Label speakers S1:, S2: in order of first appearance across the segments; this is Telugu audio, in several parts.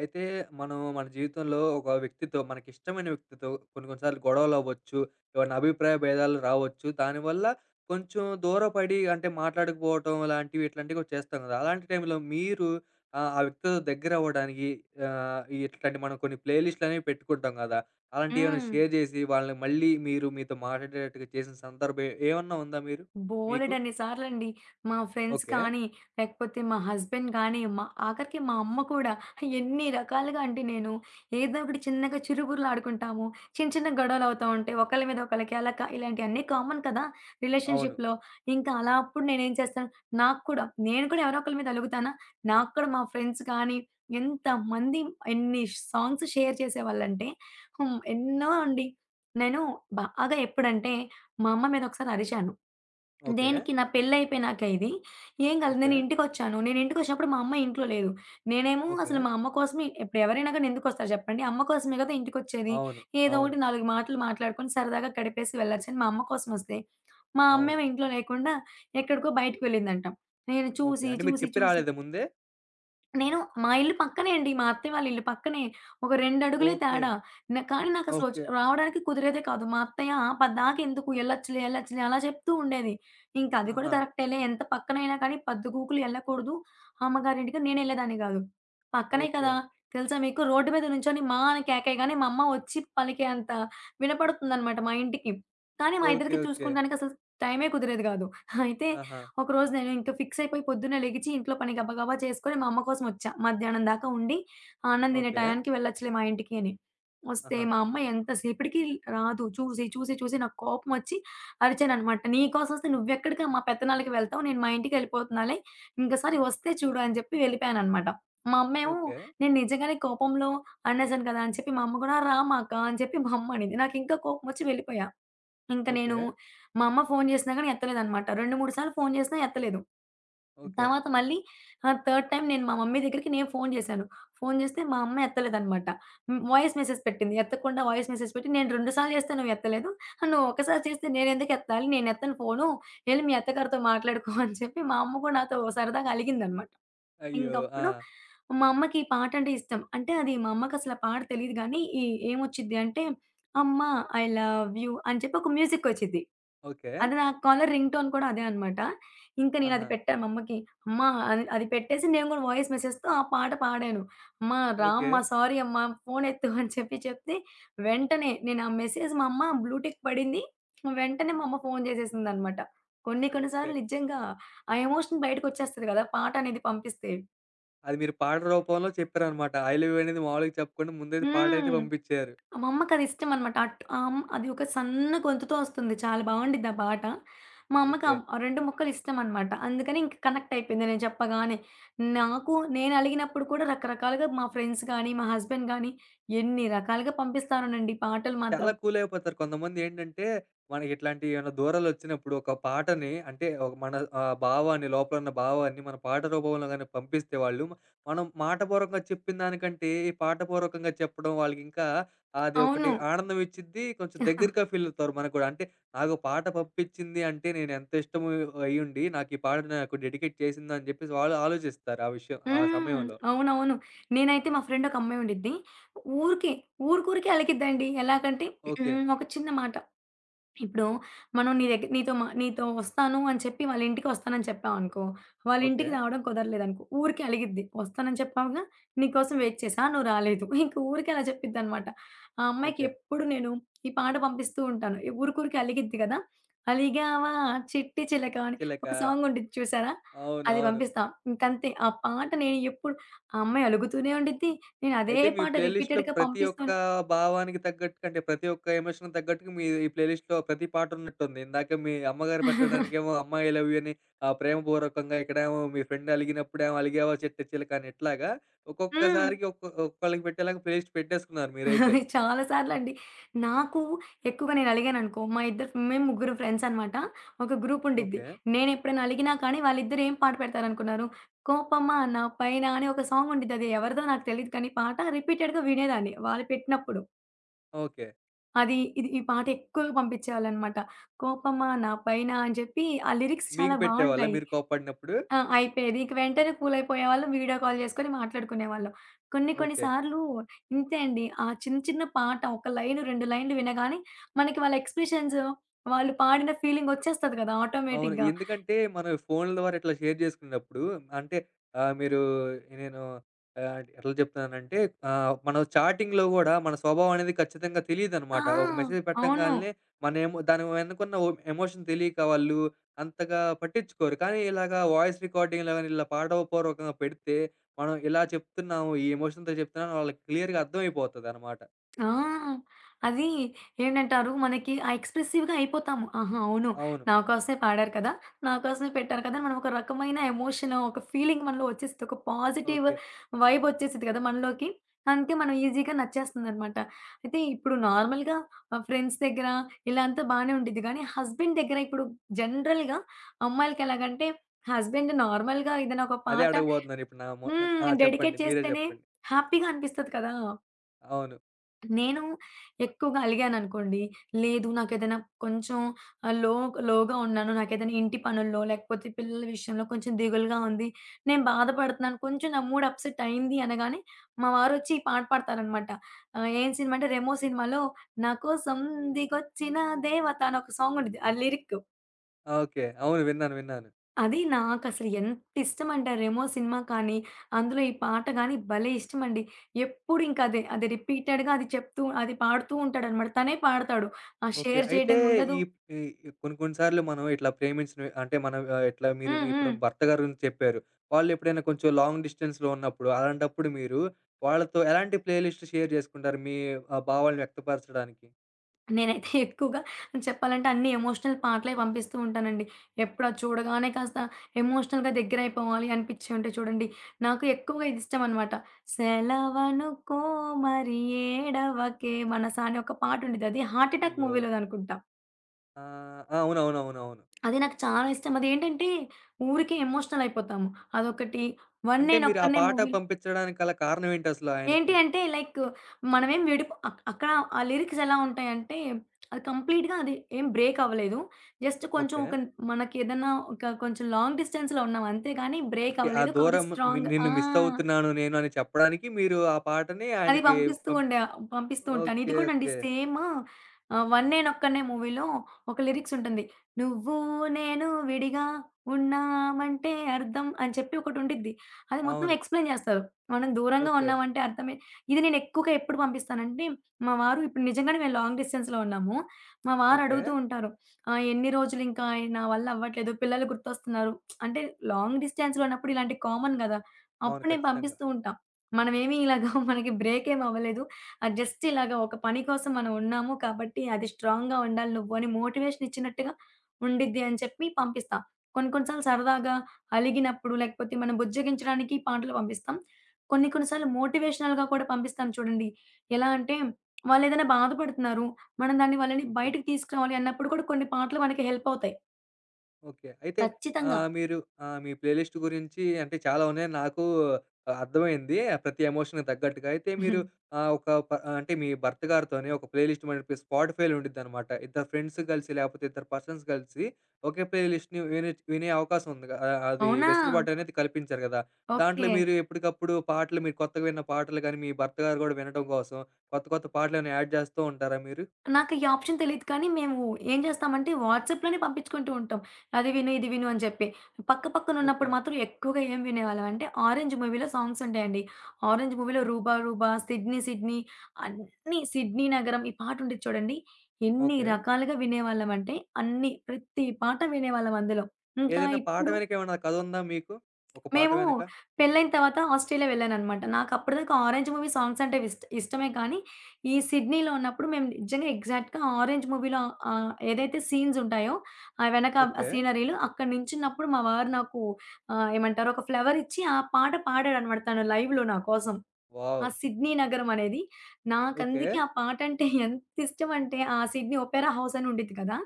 S1: అయితే మనం మన జీవితంలో ఒక వ్యక్తితో మనకిష్టమైన వ్యక్తితో కొన్ని కొన్ని సార్లు గొడవలు అవ్వచ్చు. ఏవన్నా అభిప్రాయ భేదాలు రావచ్చు. దానివల్ల కొంచెం దూరపడి అంటే మాట్లాడకపోవటం లాంటివి ఇట్లాంటివి కూడా చేస్తాం కదా! అలాంటి టైంలో మీరు ఆ వ్యక్తితో దగ్గర అవ్వడానికి ఇట్లాంటి మనం కొన్ని ప్లే లిస్ట్‌లు అనేవి పెట్టుకుంటాం కదా! అలాంటియేమైనా
S2: హ్మ్.
S1: షేర్ జేసి వాళ్ళని మళ్ళీ మీరు మీతో మాట్లాడేటట్టుగా చేసిన సందర్భం ఏమన్నా ఉందా మీరు? మీకు?
S2: బోలెడన్ని సార్లండి. మా ఫ్రెండ్స్
S1: ఓకే.
S2: కానీ, లేకపోతే మా హస్బెండ్ గానీ, మా ఆఖరికి మా అమ్మ కూడా ఎన్ని రకాలుగా అంటే నేను ఏదో ఒకటి చిన్నగా చిరుబుర్లు ఆడుకుంటాము. చిన్న చిన్న గొడవలవుతా ఉంటాయి. ఒకళ్ళ మీద ఒకళ్ళకి అలా క ఇలాంటియన్నీ కామన్ కదా,
S1: అవును.
S2: రిలేషన్‌షిప్‌లో. ఇంకా అలా అప్పుడు నేనేం చేస్తాను, నాకు కూడా నేను కూడా ఎవరో ఒకళ్ళ మీద అలుగుతానా? నాకు కూడా మా ఫ్రెండ్స్ కానీ, ఎంతమంది ఎన్ని సాంగ్స్ షేర్ చేసేవాళ్ళంటే ఎన్నో అండి. నేను బాగా ఎప్పుడంటే మా అమ్మ మీద ఒకసారి అరిచాను.
S1: ఓకే.
S2: దేనికి? నా పెళ్లయిపోయినాక ఇది. ఏం కాలేదు.
S1: ఓకే.
S2: నేను ఇంటికొచ్చాను. నేను ఇంటికొచ్చినప్పుడు మా అమ్మ ఇంట్లో లేదు. నేనేమో
S1: ఓకే.
S2: అసలు మా అమ్మ కోసమే ఇప్పుడు ఎవరైనా గాని ఎందుకొస్తారు చెప్పండి? అమ్మ కోసమే కదా ఇంటికొచ్చేది.
S1: అవును.
S2: ఏదో
S1: అవును. అవును.
S2: ఒకటి నాలుగు మాటలు మాట్లాడుకొని సరదాగా గడిపేసి వెళ్ళొచ్చని మా అమ్మ కోసమొస్తే, మా
S1: అవును.
S2: అమ్మేమో ఇంట్లో లేకుండా ఎక్కడికో బయటికి వెళ్ళిందంట. నేను
S1: ఓకే.
S2: చూసి,
S1: అంటే మీరు
S2: చూసి,
S1: చెప్పి
S2: చూసి
S1: రాలేదా ముందే?
S2: నేను మా ఇల్లు పక్కనే అండి. మా అత్తయ్య వాళ్ళ ఇల్లు పక్కనే. ఒక 2 అడుగులే
S1: ఓకే.
S2: తేడా. కానీ నాకసలు
S1: ఓకే.
S2: రావడానికి కుదిరేదే కాదు. మా అత్తయ్య "పద్దాకెందుకు ఎళ్ళొచ్చులే, ఎళ్ళొచ్చులే" అలా చెప్తూ ఉండేది. ఇంక అది కూడా
S1: ఆహా!
S2: కరెక్టేలే. ఎంత పక్కనైనా కానీ పద్దుగూకులు ఎళ్ళకూడదు అమ్మగారింటికి. నేనెళ్ళేదాన్ని గాదు. పక్కనే
S1: ఓకే.
S2: కదా! తెలుసా మీకు, రోడ్డు మీద నుంచొని మా అని కేకేయగానే మా అమ్మ ఒచ్చి పలికే అంత వినపడుతుందనమాట మా ఇంటికి. కానీ మా
S1: ఓకే.
S2: ఇద్దరికీ
S1: ఓకే.
S2: చూసుకోవడానికసలు టైమే కుదిరేది గాదు. అయితే
S1: ఆహా!
S2: ఒకరోజు నేను ఇంక ఫిక్స్ అయిపోయి పొద్దున్నే లెగిచి ఇంట్లో పని గబగబా చేసుకొని మా అమ్మ కోసం వచ్చా. మధ్యాహ్నం దాకా ఉండి అన్నం తినే
S1: ఓకే.
S2: టయానికి వెళ్ళొచ్చులే మా ఇంటికి అని. వస్తే
S1: ఆహా!
S2: మా అమ్మ ఎంతసేపటికి రాదు. చూసి, చూసి, చూసి నాకు కోపమొచ్చి అరిచాననమాట. "నీకోసమొస్తే నువ్వెక్కడికమ్మా పెత్తనాలికి వెళ్తావు? నేను మా ఇంటికెళ్ళిపోతున్నాలే. ఇంకోసారి వస్తే చూడు" అని చెప్పి వెళ్ళిపోయాననమాట. మా అమ్మేమో
S1: ఓకే.
S2: నేను నిజంగానే కోపంలో అనేసాను కదా అని చెప్పి మా అమ్మ కూడా "రామాక" అని చెప్పి మా అమ్మ అనింది. నాకింకా కోపమొచ్చి వెళ్ళిపోయా. ఇంక
S1: ఓకే.
S2: నేను మా అమ్మ ఫోను చేసినా గాని ఎత్తలేదనమాట. 2, 3 సార్లు ఫోను చేసినా ఎత్తలేదు.
S1: ఓకే.
S2: తర్వాత మళ్ళీ థర్డ్ టైమ్ నేను మా మమ్మీ దగ్గరికి నేను ఫోను చేశాను. ఫోను చేస్తే మా అమ్మ ఎత్తలేదనమాట. హ్మ్. వాయిస్ మెసేజ్ పెట్టింది. ఎత్తకుండా వాయిస్ మెసేజ్ పెట్టి, "నేను 2 సార్లు చేస్తే నువ్వు ఎత్తలేదు. నువ్వు ఒక్కసారి చేస్తే నేనెందుకు ఎత్తాలి? నేనెత్తను ఫోను. ఎళ్లి మీ అత్తగారితో మాట్లాడుకో" అని చెప్పి మా అమ్మ కూడా నాతో సరదాగా అలిగిందనమాట.
S1: అయ్యో! ఆ!
S2: ఇంకప్పుడు మా అమ్మకి ఈ పాటంటే ఇష్టం. అంటే అది మా అమ్మకసల పాట తెలీదు గానీ, ఈ ఏమొచ్చిద్ది అంటే, "అమ్మ ఐ లవ్ యూ" అని చెప్పి ఒక మ్యూజికొచ్చిద్ది.
S1: ఓకే.
S2: అది నా కాలర్ రింగ్ టోన్ కూడా అదే అనమాట. ఇంక నేనది
S1: ఆహా!
S2: పెట్టా మా అమ్మకి. అమ్మ అది అది పెట్టేసి నేను గూడా వాయిస్ మెసేజ్‌తో ఆ పాట పాడాను. "అమ్మ రా
S1: ఓకే.
S2: అమ్మ, సారీ అమ్మ, ఫోనెత్తు" అని చెప్పి చెప్తే, వెంటనే నేను ఆ మెసేజ్ మా అమ్మ బ్లూటిక్ పడింది. వెంటనే మా అమ్మ ఫోను చేసేసిందనమాట. కొన్ని కొన్ని
S1: ఓకే.
S2: సార్లు నిజంగా ఆ ఎమోషన్ బయటకొచ్చేస్తది గదా, పాటనేది పంపిస్తే.
S1: అది మీరు పాట రూపంలో చెప్పారనమాట. ఐ లవ్ యూ అనేది మామూలుగా చెప్పకుండా ముందైతే పాటైతే
S2: హ్మ్.
S1: పంపించారు.
S2: మా అమ్మకది ఇష్టమనమాట. అది ఒక సన్న గొంతుతో వస్తుంది. చాలా బావుండిద్ది ఆ పాట. మా అమ్మకి
S1: ఓకే.
S2: ఆ 2 ముక్కలు ఇష్టమనమాట. అందుకని ఇంక కనెక్ట్ అయిపోయింది నేను చెప్పగానే. నాకు నేను అలిగినప్పుడు కూడా రకరకాలుగా మా ఫ్రెండ్స్ గానీ, మా హస్బెండ్ గానీ ఎన్ని రకాలుగా పంపిస్తారోనండి పాటలు
S1: చాలా
S2: మాత్రం.
S1: కూలయిపోతారు. కొంతమందేంటంటే, మనకిట్లాంటి ఏమైనా దూరాలొచ్చినప్పుడు ఒక పాటని అంటే, ఒక మన భావాన్ని లోపలున్న భావాన్ని మన పాట రూపంలో గాని పంపిస్తే వాళ్ళు, మనం మాటపూర్వకంగా చెప్పిన దానికంటే, ఈ పాటపూర్వకంగా చెప్పడం వాళ్ళకింకా అది ఒకటి
S2: అవును.
S1: ఆనందం ఇచ్చిద్ది. కొంచెం దగ్గరగా ఫీలవుతారు మనకు గూడా. అంటే, నాకు పాట పంపిచ్చింది అంటే, నేనెంత ఇష్టం అయ్యుండి, నాకు ఈ పాట నాకు డెడికేట్ చేసిందని చెప్పేసి వాళ్ళు ఆలోచిస్తారు ఆ విషయం, ఆ
S2: హ్మ్.
S1: సమయంలో.
S2: అవునవును. నేనైతే మా ఫ్రెండ్ ఒక అమ్మాయి ఉండిద్ది. ఊరికే, ఊరుకూరికే అలిగిద్దండి. ఎలాగంటే
S1: ఓకే.
S2: ఒక చిన్న మాట ఇప్పుడు మనం నీ దగ్గర నీతో మా నీతో వస్తాను అని చెప్పి వాళ్ళ ఇంటికి వస్తానని చెప్పావనుకో, వాళ్ళ
S1: ఓకే.
S2: ఇంటికి రావడం కుదరలేదనుకో, ఊరికే అలిగిద్ది. వస్తానని చెప్పావుగా, నీకోసం వెయిట్ చేశా, నువ్వు రాలేదు. ఇంక ఊరికే అలా చెప్పిద్దనమాట. ఆ అమ్మాయికి
S1: ఓకే.
S2: ఎప్పుడు నేను ఈ పాట పంపిస్తూ ఉంటాను. ఈ ఊరికూరికే అలిగిద్ది కదా! అలిగావా చిట్టి చిలక అని
S1: 'చిలక'
S2: ఒక సాంగ్ ఉండిద్ది చూసారా? అది
S1: అవునవును.
S2: పంపిస్తా. ఇంకంతే. ఆ పాట నేను ఎప్పుడు ఆ అమ్మాయి అలుగుతూనే ఉండిద్ది. నేను అదే
S1: అయితే మీ
S2: పాట
S1: ప్లే లిస్ట్‌లో
S2: రిపీటెడ్‌గా
S1: ప్రతి ఒక్క
S2: పంపిస్తూనే
S1: భావానికి తగ్గట్టుగా అంటే ప్రతి ఒక్క ఎమోషన్‌కి తగ్గట్టుగా మీ ఈ ప్లే లిస్ట్‌లో ప్రతి పాట ఉన్నట్టుంది. ఇందాక మీ అమ్మగారు పెట్టడానికేమో 'అమ్మాయి ఐ లవ్ యూ' అని ప్రేమపూర్వకంగా, ఇక్కడేమో మీ ఫ్రెండ్ అలిగినప్పుడేమో అలిగావా చెట్టు చిలక అని ఇట్లాగా
S2: హ్మ్.
S1: ఒక్కొక్కసారికి ఒక్కొక్కళ్ళకి పెట్టేలాగా ప్లే లిస్ట్ పెట్టేసుకున్నారు మీరైతే.
S2: చాలా సార్లండి. నాకు ఎక్కువగా నేను అలిగాననుకో, మా ఇద్దరు మేము ముగ్గురం ఫ్రెండ్స్ అనమాట. ఒక గ్రూప్ ఉండిద్ది.
S1: ఓకే.
S2: నేనెప్పుడైనా అలిగినా కానీ వాళ్ళిద్దరు ఏం పాట పెడతారనుకున్నారు? 'కోపమా నా పైన' అని ఒక సాంగ్ ఉండిద్ది. అది ఎవరిదో నాకు తెలీదు కానీ పాట రిపీటెడ్‌గా వినేదాన్ని వాళ్ళు పెట్టినప్పుడు.
S1: ఓకే.
S2: అది ఇది ఈ పాట ఎక్కువగా పంపించేవాళ్ళనమాట. 'కోపమా నా పైన' అని చెప్పి ఆ లిరిక్స్ చాలా
S1: మీకు పెట్టేవాళ్ళా
S2: బావుంటాయి.
S1: మీరు కోప్పడినప్పుడు?
S2: ఆ, అయిపోయేది. ఇక వెంటనే కూలయిపోయేవాళ్ళం. వీడియో కాల్ చేసుకొని మాట్లాడుకునేవాళ్ళం. కొన్ని కొన్ని
S1: ఓకే.
S2: సార్లు ఇంతే అండి. ఆ చిన్న చిన్న పాట ఒక లైను, 2 లైన్లు వినగానే మనకి వాళ్ళ ఎక్స్‌ప్రెషన్స్, వాళ్ళు పాడిన ఫీలింగొచ్చేస్తది కదా,
S1: అవును.
S2: ఆటోమేటిక్‌గా.
S1: ఎందుకంటే, మనం ఫోన్‌ల ద్వారా ఇట్లా షేర్ చేసుకున్నప్పుడు అంటే మీరు నేను ఎట్లా చెప్తున్నానంటే మనం చాటింగ్‌లో గూడా మన స్వభావం అనేది ఖచ్చితంగా
S2: ఆ,
S1: తెలీదనమాట. ఒక మెసేజ్
S2: అవును.
S1: పెట్టంగాల్నే మన ఎమో దాని వెనకున్న ఓ ఎమోషన్ తెలియక వాళ్ళు అంతగా పట్టించుకోరు. కానీ ఇలాగా వాయిస్ రికార్డింగ్‌లో గాని ఇలా పాఠవపూర్వకంగా పెడితే, మనం ఇలా చెప్తున్నాము, ఈ ఎమోషన్‌తో చెప్తున్నాము వాళ్ళకి క్లియర్‌గా అర్థమైపోతదనమాట.
S2: ఆ, అది ఏంటంటారు, మనకి ఆ ఎక్స్‌ప్రెసివ్‌గా అయిపోతాము. ఆహా, అవును.
S1: అవును.
S2: నా కోసమే పాడారు కదా! నా కోసమే పెట్టారు కదా అని మనం ఒక రకమైన ఎమోషన్, ఒక ఫీలింగ్ మనలో వచ్చేసిద్ది. ఒక పాజిటివ్
S1: ఓకే.
S2: వైబ్ వచ్చేసిద్ది కదా, మనలోకి. అందుకే మనం ఈజీగా నచ్చేస్తుందనమాట. అయితే ఇప్పుడు నార్మల్‌గా ఫ్రెండ్స్ దగ్గర ఇలా అంతా బానే ఉండిద్ది. కానీ హస్బెండ్ దగ్గర ఇప్పుడు జనరల్‌గా అమ్మాయిలకి ఎలాగంటే, హస్బెండ్ నార్మల్‌గా ఏదైనా ఒక
S1: అదే
S2: పాట
S1: అడగబోతున్నాను ఇప్పుడు నా ఆ! చెప్పండి.
S2: డెడికేట్
S1: మీరే
S2: చేస్తేనే
S1: చెప్పండి.
S2: హ్యాపీగా అనిపిస్తది కదా!
S1: అవును.
S2: నేను ఎక్కువగా అలిగాననుకోండి, లేదు నాకేదైనా కొంచెం లో లోగా ఉన్నాను. నాకేదైనా ఇంటి పనుల్లో, లేకపోతే పిల్లల విషయంలో కొంచెం దిగులుగా ఉంది. నేను బాధపడుతున్నాను. కొంచెం నా మూడ్ అప్‌సెట్ అయింది అనగానే, మా వారొచ్చి ఈ పాట పాడతారనమాట. ఏం సినిమా అంటే 'రెమో' సినిమాలో 'నా కోసం దిగొచ్చిన దేవత' అని ఒక సాంగ్ ఉండిద్ది. ఆ లిరిక్.
S1: ఓకే. అవును. విన్నాను. విన్నాను.
S2: అది నాకసలు ఎంతిష్టమంటే ఆ 'రెమో' సినిమా కానీ, అందులో ఈ పాట గానీ భలే ఇష్టమండి. ఎప్పుడు ఇంకదే, అది రిపీటెడ్‌గా అది చెప్తూ, అది పాడుతూ ఉంటాడనమాట. తనే పాడతాడు. ఆ
S1: ఓకే.
S2: షేర్
S1: అయితే
S2: చేయడం ఉండదు.
S1: ఈ ఈ కొన్ని కొన్ని సార్లు మనం ఇట్లా ప్రేమించిన అంటే మనం ఇట్లా మీరు
S2: హ్మ్.
S1: మీ ఇప్పుడు
S2: హ్మ్.
S1: భర్త గారి గురించి చెప్పారు. వాళ్ళెప్పుడైనా కొంచెం లాంగ్ డిస్టెన్స్‌లో ఉన్నప్పుడు అలాంటప్పుడు మీరు వాళ్ళతో ఎలాంటి ప్లే లిస్ట్ షేర్ చేసుకుంటారు మీ భావాలను వ్యక్తపరచడానికి?
S2: నేనైతే ఎక్కువగా చెప్పాలంటే అన్ని ఎమోషనల్ పాటలే పంపిస్తూ ఉంటానండి. ఎప్పుడు అది చూడగానే కాస్త ఎమోషనల్‌గా దగ్గరైపోవాలి అనిపిచ్చేవి ఉంటాయి చూడండి. నాకు ఎక్కువగా ఇదిష్టమనమాట. సెలవనుకో మరి ఏడవకే మనసా అని ఒక పాటుండిద్ది. అది 'హార్ట్ అటాక్'
S1: అయ్యో!
S2: మూవీలోదనుకుంట.
S1: ఆ! ఆ! అవునవునవునవును.
S2: అది నాకు చాలా ఇష్టం. అదేంటంటే ఊరికే ఎమోషనల్ అయిపోతాము. అదొకటి. 'వన్
S1: అంటే మీరు ఆ
S2: నేనొక్కడినే'
S1: పాట
S2: మూవీ
S1: పంపించడానికి గల కారణం ఏంటసలు ఆయనకి?
S2: ఏంటి అంటే లైక్ మనమేం విడిపో అక్ అక్కడ ఆ లిరిక్స్ ఎలా ఉంటాయంటే అది కంప్లీట్‌గా అది ఏం బ్రేక్ అవ్వలేదు. జస్ట్ కొంచెం
S1: ఓకే.
S2: ఒక మనకి ఏదన్నా ఒక కొంచెం లాంగ్ డిస్టెన్స్‌లో ఉన్నాం అంతే గాని బ్రేక్
S1: ఓకే. ఆ
S2: అవ్వలేదు. కాబట్టి
S1: దూరం
S2: స్ట్రాంగ్,
S1: నిన్ను
S2: ఆ,
S1: మిస్ అవుతున్నాను నేను అని చెప్పడానికి మీరు ఆ పాటని
S2: అది
S1: ఆయనకి
S2: పంపిస్తూ
S1: పంప్
S2: ఉండే పంపిస్తూ ఉంటాను. ఇది
S1: ఓకే.
S2: కూడా అండి
S1: ఓకే.
S2: సేమ్. 'వన్ నేను ఒక్కడినే' మూవీలో ఒక లిరిక్స్ ఉంటుంది. "నువ్వు నేను విడిగా ఉన్నామంటే అర్థం" అని చెప్పి ఒకటి ఉండిద్ది. అది మొత్తం
S1: అవును.
S2: ఎక్స్‌ప్లెయిన్ చేస్తారు. మనం దూరంగా
S1: ఓకే.
S2: ఉన్నామంటే అర్థమే. ఇది నేను ఎక్కువగా ఎప్పుడు పంపిస్తానంటే, మా వారు ఇప్పుడు నిజంగానే మేము లాంగ్ డిస్టెన్స్‌లో ఉన్నాము. మా వారు
S1: ఓకే.
S2: అడుగుతూ ఉంటారు. "ఎన్ని రోజులు ఇంకా, నా వల్ల అవ్వట్లేదు. పిల్లలు గుర్తొస్తున్నారు." అంటే లాంగ్ డిస్టెన్స్‌లో ఉన్నప్పుడు ఇలాంటివి కామన్ గదా!
S1: అవును.
S2: అప్పుడు నేను
S1: ఖచ్చితంగా.
S2: పంపిస్తూ ఉంటా. మనమేమి ఇలాగా మనకి బ్రేక్ ఏమి అవ్వలేదు. జస్ట్ ఇలాగా ఒక పని కోసం మనం ఉన్నాము కాబట్టి అది స్ట్రాంగ్‌గా ఉండాలి నువ్వు అని మోటివేషన్ ఇచ్చినట్టుగా ఉండిద్ది అని చెప్పి పంపిస్తాం. కొన్ని కొన్ని సార్లు సరదాగా అలిగినప్పుడు లేకపోతే మనం బుజ్జగించడానికి పాటలు పంపిస్తాం. కొన్ని కొన్ని సార్లు మోటివేషనల్‌గా కూడా పంపిస్తాను చూడండి. ఎలా అంటే వాళ్ళేదైనా బాధపడుతున్నారు. మనం దాన్ని వాళ్ళని
S1: ఓకే.
S2: బయటకి తీసుకురావాలి అన్నప్పుడు కూడా కొన్ని పాటలు మనకి హెల్ప్ అవుతాయి.
S1: ఓకే. అయితే
S2: ఖచ్చితంగా.
S1: మీరు మీ ప్లే లిస్ట్ గురించి అంటే చాలా ఉన్నాయని నాకు అర్థమైంది. ప్రతి ఎమోషన్‌కి తగ్గట్టుగా. అయితే మీరు ఒక ప అంటే మీ భర్త గారితోని ఒక ప్లే లిస్ట్ మనకి స్పాటిఫైలో ఉండిద్దనమాట. ఇద్దరు ఫ్రెండ్స్ కలిసి లేకపోతే ఇద్దరు పర్సన్స్ కలిసి ఒకే ప్లే లిస్ట్‌ని వినే వినే అవకాశం ఉంది. అది
S2: అవునా?
S1: వెసులుబాటు అనేది కల్పించారు కదా! దాంట్లో
S2: ఓకే.
S1: మీరు ఎప్పటికప్పుడు పాటలు మీరు కొత్తగా విన్న పాటలు గాని, మీ భర్త గారు గూడా వినడం కోసం కొత్త కొత్త పాటలేమైనా యాడ్ చేస్తూ ఉంటారా మీరు?
S2: నాకు ఈ ఆప్షన్ తెలీదు కానీ మేము ఏం చేస్తామంటే వాట్సాప్‌లోనే పంపించుకుంటూ ఉంటాం. అది విను, ఇది విను అని చెప్పి. పక్క పక్కన
S1: ఓకే.
S2: ఉన్నప్పుడు మాత్రం ఎక్కువగా ఏం వినేవాళ్ళం అంటే 'ఆరెంజ్' మూవీలో సాంగ్స్ ఉంటాయండి. 'ఆరెంజ్' మూవీలో 'రూబా రూబా', 'సిడ్నీ సిడ్నీ' అన్నీ, 'సిడ్నీ నగరం' ఈ పాట ఉండిద్ది చూడండి. ఎన్ని
S1: ఓకే.
S2: రకాలుగా వినేవాళ్ళం అంటే అన్ని, ప్రతి పాట వినేవాళ్ళం అందులో. ఇంకా
S1: ఏదైనా పాట
S2: ఇప్పుడు
S1: వెనక ఏమన్నా కథ ఉందా మీకు? ఒక పాట
S2: మేము
S1: వెనక?
S2: పెళ్ళైన తర్వాత ఆస్ట్రేలియా వెళ్ళాననమాట. నాకప్పటిదాకా 'ఆరెంజ్' మూవీ సాంగ్స్ అంటే ఇష్టమే కానీ, ఈ సిడ్నీలో ఉన్నప్పుడు మేము నిజంగా ఎగ్జాక్ట్‌గా 'ఆరెంజ్' మూవీలో ఏదైతే సీన్స్ ఉంటాయో, ఆ వెనక ఆ
S1: ఓకే.
S2: సీనరీలు అక్కడ నించున్నప్పుడు మా వారు నాకు ఏమంటారు ఒక ఫ్లవర్ ఇచ్చి ఆ పాట పాడాడనమాట తను లైవ్‌లో నా కోసం. ఆ
S1: వావ్!
S2: సిడ్నీ నగరం అనేది.
S1: ఓకే.
S2: నాకందుకే ఆ పాటంటే ఎంత ఇష్టమంటే, ఆ సిడ్నీ ఒపెరా హౌస్ అని ఉండిద్ది కదా!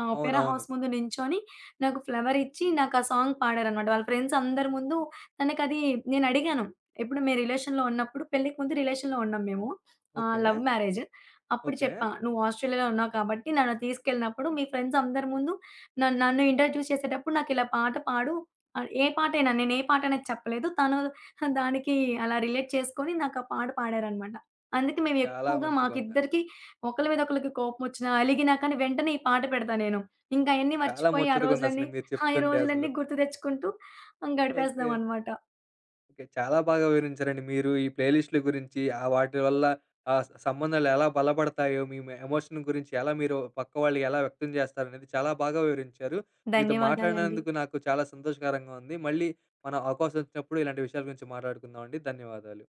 S2: ఆ ఒపెరా
S1: అవునవును.
S2: హౌస్ ముందు నించొని నాకు ఫ్లవరిచ్చి నాకా సాంగ్ పాడారనమాట, వాళ్ళ ఫ్రెండ్స్ అందరి ముందు. తనకది నేనడిగాను. ఎప్పుడు మేము రిలేషన్‌లో ఉన్నప్పుడు, పెళ్ళికి ముందు రిలేషన్‌లో ఉన్నాం మేము,
S1: ఓకే.
S2: Love marriage. అప్పుడు
S1: ఓకే.
S2: చెప్పా, "నువ్వు ఆస్ట్రేలియాలో ఉన్నావు కాబట్టి నన్ను తీసుకెళ్ళినప్పుడు మీ ఫ్రెండ్స్ అందరి ముందు నన్ను ఇంట్రడ్యూస్ చేసేటప్పుడు నాకిలా పాట పాడు." ఏ పాటైనా, నేను ఏ పాట అనేది చెప్పలేదు. తను దానికి అలా రిలేట్ చేసుకొని నాకా పాట పాడారనమాట. అందుకే మేము
S1: చాలా
S2: ఎక్కువగా
S1: మంచిగుంది.
S2: మాకిద్దరికి ఒకళ్ళ మీద ఒకళ్ళకి కోపమొచ్చినా, అలిగినా కానీ వెంటనే ఈ పాట పెడతా నేను. ఇంకా అయన్నీ
S1: చాలా
S2: మర్చిపోయి ఆ
S1: ముచ్చటగుందసలు
S2: రోజులన్నీ,
S1: మీరు
S2: ఆ, ఈ
S1: చెప్తుంటే అసలు.
S2: రోజులన్నీ గుర్తు తెచ్చుకుంటూ
S1: ఓకే.
S2: గడిపేస్తామనమాట.
S1: ఓకే. చాలా బాగా వివరించారండి మీరు ఈ ప్లే లిస్ట్‌ల గురించి, ఆ వాటి వల్ల సంబంధాలు ఎలా బలపడతాయో, మీ ఎమోషన్ గురించి ఎలా మీరు పక్క వాళ్ళు ఎలా వ్యక్తం చేస్తారనేది చాలా బాగా వివరించారు. మీతో
S2: ధన్యవాదాలండి.
S1: మాట్లాడినందుకు నాకు చాలా సంతోషకరంగా ఉంది. మళ్ళీ మనం అవకాశం వచ్చినప్పుడు ఇలాంటి విషయాల గురించి మాట్లాడుకుందామండి. ధన్యవాదాలు.